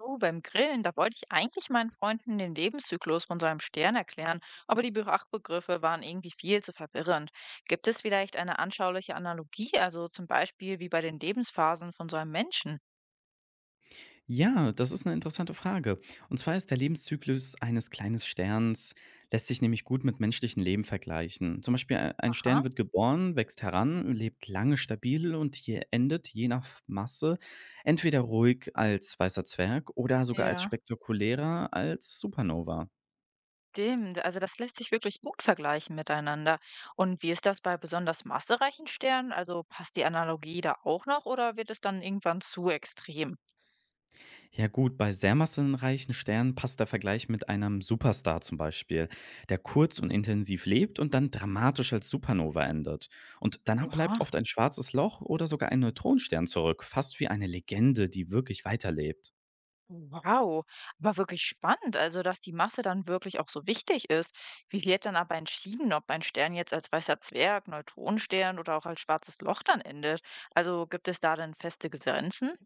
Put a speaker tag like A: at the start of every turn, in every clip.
A: Oh, beim Grillen, da wollte ich eigentlich meinen Freunden den Lebenszyklus von so einem Stern erklären, aber die Fachbegriffe waren irgendwie viel zu verwirrend. Gibt es vielleicht eine anschauliche Analogie, also zum Beispiel wie bei den Lebensphasen von so einem Menschen?
B: Ja, das ist eine interessante Frage. Und zwar ist der Lebenszyklus eines kleinen Sterns lässt sich nämlich gut mit menschlichem Leben vergleichen. Zum Beispiel ei ein Stern
A: Aha,
B: wird geboren, wächst heran, lebt lange stabil und hier endet je nach Masse entweder ruhig als weißer Zwerg oder sogar als
A: ja.
B: spektakulärer als Supernova.
A: Stimmt, also das lässt sich wirklich gut vergleichen miteinander. Und wie ist das bei besonders massereichen Sternen? Also passt die Analogie da auch noch oder wird es dann irgendwann zu extrem?
B: Ja gut, bei sehr massenreichen Sternen passt der Vergleich mit einem Superstar zum Beispiel, der kurz und intensiv lebt und dann dramatisch als Supernova endet. Und danach bleibt
A: Oha.
B: oft ein schwarzes Loch oder sogar ein Neutronenstern zurück, fast wie eine Legende, die wirklich weiterlebt.
A: Wow, aber wirklich spannend, also dass die Masse dann wirklich auch so wichtig ist. Wie wird dann aber entschieden, ob ein Stern jetzt als weißer Zwerg, Neutronenstern oder auch als schwarzes Loch dann endet? Also gibt es da dann feste Grenzen?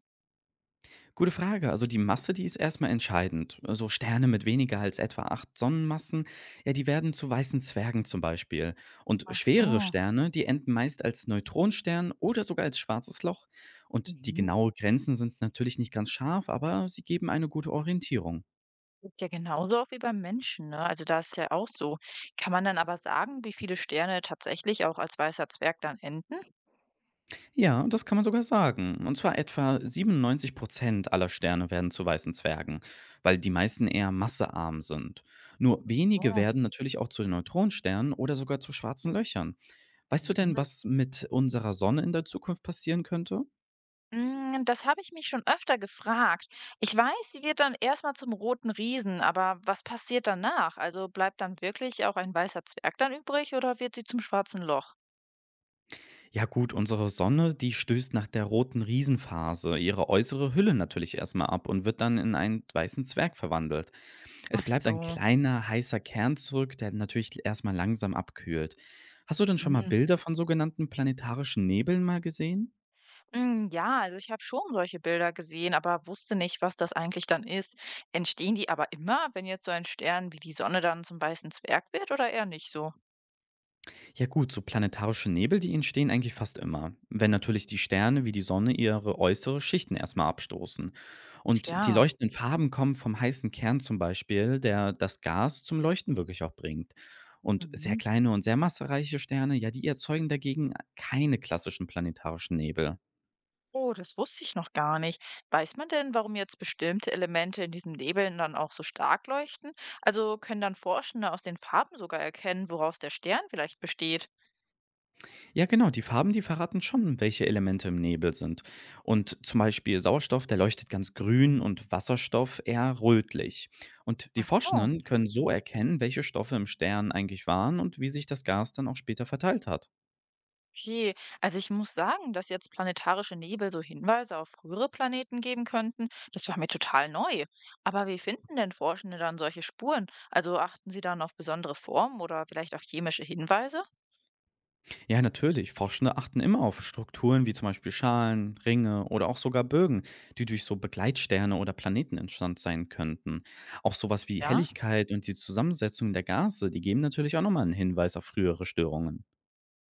B: Gute Frage. Also die Masse, die ist erstmal entscheidend. So Sterne mit weniger als etwa 8 Sonnenmassen, ja, die werden zu weißen Zwergen zum Beispiel. Und
A: Ach
B: schwerere
A: so.
B: Sterne, die enden meist als Neutronenstern oder sogar als schwarzes Loch. Und die
A: Mhm.
B: genauen Grenzen sind natürlich nicht ganz scharf, aber sie geben eine gute Orientierung.
A: Ist ja genauso auch wie beim Menschen, ne? Also da ist ja auch so. Kann man dann aber sagen, wie viele Sterne tatsächlich auch als weißer Zwerg dann enden?
B: Ja, und das kann man sogar sagen. Und zwar etwa 97% aller Sterne werden zu weißen Zwergen, weil die meisten eher massearm sind. Nur
A: Ach so.
B: wenige werden natürlich auch zu den Neutronensternen oder sogar zu schwarzen Löchern. Weißt du denn,
A: Mhm.
B: was mit unserer Sonne in der Zukunft passieren könnte?
A: Das habe ich mich schon öfter gefragt. Ich weiß, sie wird dann erstmal zum roten Riesen, aber was passiert danach? Also bleibt dann wirklich auch ein weißer Zwerg dann übrig oder wird sie zum schwarzen Loch?
B: Ja gut, unsere Sonne, die stößt nach der roten Riesenphase ihre äußere Hülle natürlich erstmal ab und wird dann in einen weißen Zwerg verwandelt. Es
A: Ach
B: bleibt ein
A: so.
B: kleiner, heißer Kern zurück, der natürlich erstmal langsam abkühlt. Hast du denn schon mal
A: Hm.
B: Bilder von sogenannten planetarischen Nebeln mal gesehen?
A: Ja, also ich habe schon solche Bilder gesehen, aber wusste nicht, was das eigentlich dann ist. Entstehen die aber immer, wenn jetzt so ein Stern wie die Sonne dann zum weißen Zwerg wird oder eher nicht so?
B: Ja gut, so planetarische Nebel, die entstehen eigentlich fast immer, wenn natürlich die Sterne wie die Sonne ihre äußere Schichten erstmal abstoßen. Und die
A: Ja.
B: leuchtenden Farben kommen vom heißen Kern zum Beispiel, der das Gas zum Leuchten wirklich auch bringt. Und sehr
A: Mhm.
B: kleine und sehr massereiche Sterne, ja, die erzeugen dagegen keine klassischen planetarischen Nebel.
A: Oh, das wusste ich noch gar nicht. Weiß man denn, warum jetzt bestimmte Elemente in diesen Nebeln dann auch so stark leuchten? Also können dann Forschende aus den Farben sogar erkennen, woraus der Stern vielleicht besteht?
B: Ja, genau, die Farben, die verraten schon, welche Elemente im Nebel sind. Und zum Beispiel Sauerstoff, der leuchtet ganz grün und Wasserstoff eher rötlich. Und die
A: Ach so.
B: Forschenden können so erkennen, welche Stoffe im Stern eigentlich waren und wie sich das Gas dann auch später verteilt hat.
A: Okay, also ich muss sagen, dass jetzt planetarische Nebel so Hinweise auf frühere Planeten geben könnten, das war mir total neu. Aber wie finden denn Forschende dann solche Spuren? Also achten sie dann auf besondere Formen oder vielleicht auch chemische Hinweise?
B: Ja, natürlich, Forschende achten immer auf Strukturen wie zum Beispiel Schalen, Ringe oder auch sogar Bögen, die durch so Begleitsterne oder Planeten entstanden sein könnten. Auch sowas wie
A: Ja.
B: Helligkeit und die Zusammensetzung der Gase, die geben natürlich auch nochmal einen Hinweis auf frühere Störungen.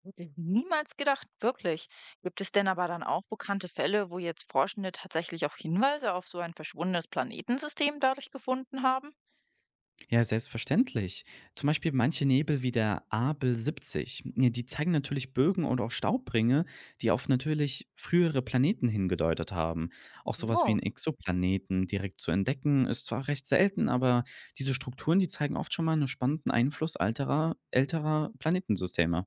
A: Hätte ich niemals gedacht, wirklich. Gibt es denn aber dann auch bekannte Fälle, wo jetzt Forschende tatsächlich auch Hinweise auf so ein verschwundenes Planetensystem dadurch gefunden haben?
B: Ja, selbstverständlich. Zum Beispiel manche Nebel wie der Abel 70, ne, die zeigen natürlich Bögen und auch Staubringe, die auf natürlich frühere Planeten hingedeutet haben. Auch sowas wie ein
A: Oh,
B: Exoplaneten direkt zu entdecken, ist zwar recht selten, aber diese Strukturen, die zeigen oft schon mal einen spannenden Einfluss älterer Planetensysteme.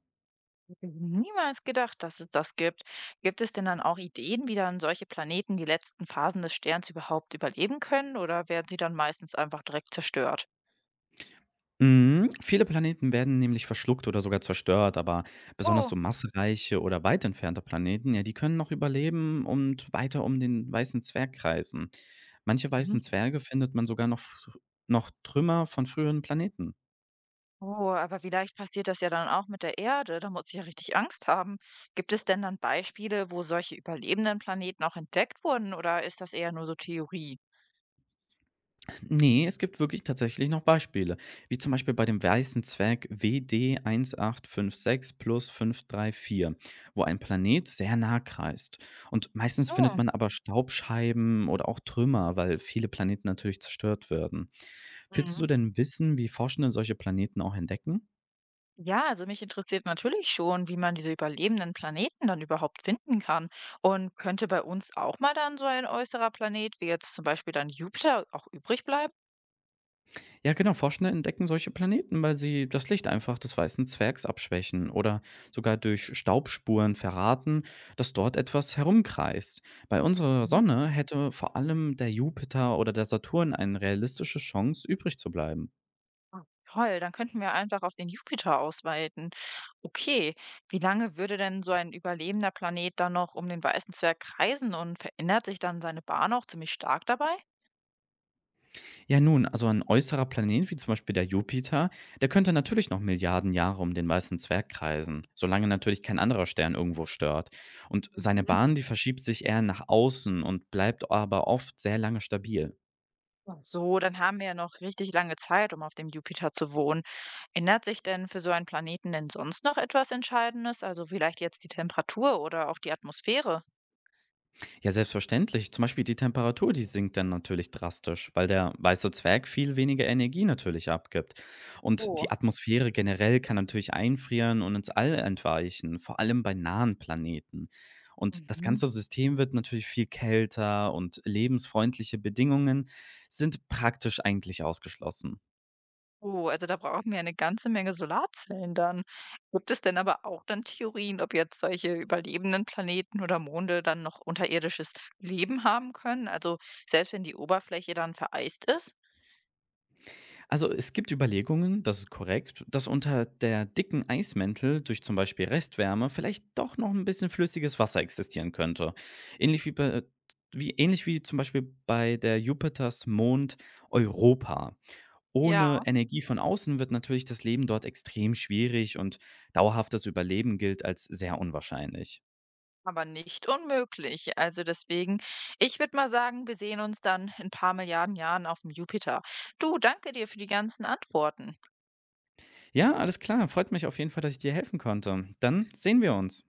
A: hätte ich niemals gedacht, dass es das gibt. Gibt es denn dann auch Ideen, wie dann solche Planeten die letzten Phasen des Sterns überhaupt überleben können oder werden sie dann meistens einfach direkt zerstört?
B: Mhm. Viele Planeten werden nämlich verschluckt oder sogar zerstört, aber besonders so
A: Oh,
B: massereiche oder weit entfernte Planeten, ja, die können noch überleben und weiter um den weißen Zwerg kreisen. Manche weißen Zwerge findet man sogar noch, noch Trümmer von früheren Planeten.
A: Oh, aber vielleicht passiert das ja dann auch mit der Erde. Da muss ich ja richtig Angst haben. Gibt es denn dann Beispiele, wo solche überlebenden Planeten auch entdeckt wurden oder ist das eher nur so Theorie?
B: Nee, es gibt wirklich tatsächlich noch Beispiele, wie zum Beispiel bei dem Weißen Zwerg WD1856+534, wo ein Planet sehr nah kreist. Und
A: Ach
B: meistens findet
A: so.
B: man aber Staubscheiben oder auch Trümmer, weil viele Planeten natürlich zerstört werden. Willst du
A: Mhm.
B: denn wissen, wie Forschende solche Planeten auch entdecken?
A: Ja, also mich interessiert natürlich schon, wie man diese überlebenden Planeten dann überhaupt finden kann. Und könnte bei uns auch mal dann so ein äußerer Planet, wie jetzt zum Beispiel dann Jupiter, auch übrig bleiben?
B: Ja, genau. Forschende entdecken solche Planeten, weil sie das Licht einfach des weißen Zwergs abschwächen oder sogar durch Staubspuren verraten, dass dort etwas herumkreist. Bei unserer Sonne hätte vor allem der Jupiter oder der Saturn eine realistische Chance, übrig zu bleiben.
A: Ah, toll, dann könnten wir einfach auf den Jupiter ausweiten. Okay, wie lange würde denn so ein überlebender Planet dann noch um den weißen Zwerg kreisen und verändert sich dann seine Bahn auch ziemlich stark dabei?
B: Ja, nun, also ein äußerer Planet wie zum Beispiel der Jupiter, der könnte natürlich noch Milliarden Jahre um den weißen Zwerg kreisen, solange natürlich kein anderer Stern irgendwo stört. Und seine
A: Mhm.
B: Bahn, die verschiebt sich eher nach außen und bleibt aber oft sehr lange stabil.
A: Ach so, dann haben wir ja noch richtig lange Zeit, um auf dem Jupiter zu wohnen. Ändert sich denn für so einen Planeten denn sonst noch etwas Entscheidendes? Also vielleicht jetzt die Temperatur oder auch die Atmosphäre?
B: Ja, selbstverständlich. Zum Beispiel die Temperatur, die sinkt dann natürlich drastisch, weil der weiße Zwerg viel weniger Energie natürlich abgibt. Und die
A: Oh.
B: Atmosphäre generell kann natürlich einfrieren und ins All entweichen, vor allem bei nahen Planeten. Und das ganze
A: Mhm.
B: System wird natürlich viel kälter und lebensfreundliche Bedingungen sind praktisch eigentlich ausgeschlossen.
A: Oh, also da brauchen wir eine ganze Menge Solarzellen dann. Gibt es denn aber auch dann Theorien, ob jetzt solche überlebenden Planeten oder Monde dann noch unterirdisches Leben haben können? Also selbst wenn die Oberfläche dann vereist ist?
B: Also es gibt Überlegungen, das ist korrekt, dass unter der dicken Eismäntel durch zum Beispiel Restwärme vielleicht doch noch ein bisschen flüssiges Wasser existieren könnte. Ähnlich wie, bei, ähnlich wie zum Beispiel bei der Jupiters Mond Europa. Ohne
A: Ja,
B: Energie von außen wird natürlich das Leben dort extrem schwierig und dauerhaftes Überleben gilt als sehr unwahrscheinlich.
A: aber nicht unmöglich. Also deswegen, ich würde mal sagen, wir sehen uns dann in ein paar Milliarden Jahren auf dem Jupiter. Du, danke dir für die ganzen Antworten.
B: Ja, alles klar. Freut mich auf jeden Fall, dass ich dir helfen konnte. Dann sehen wir uns.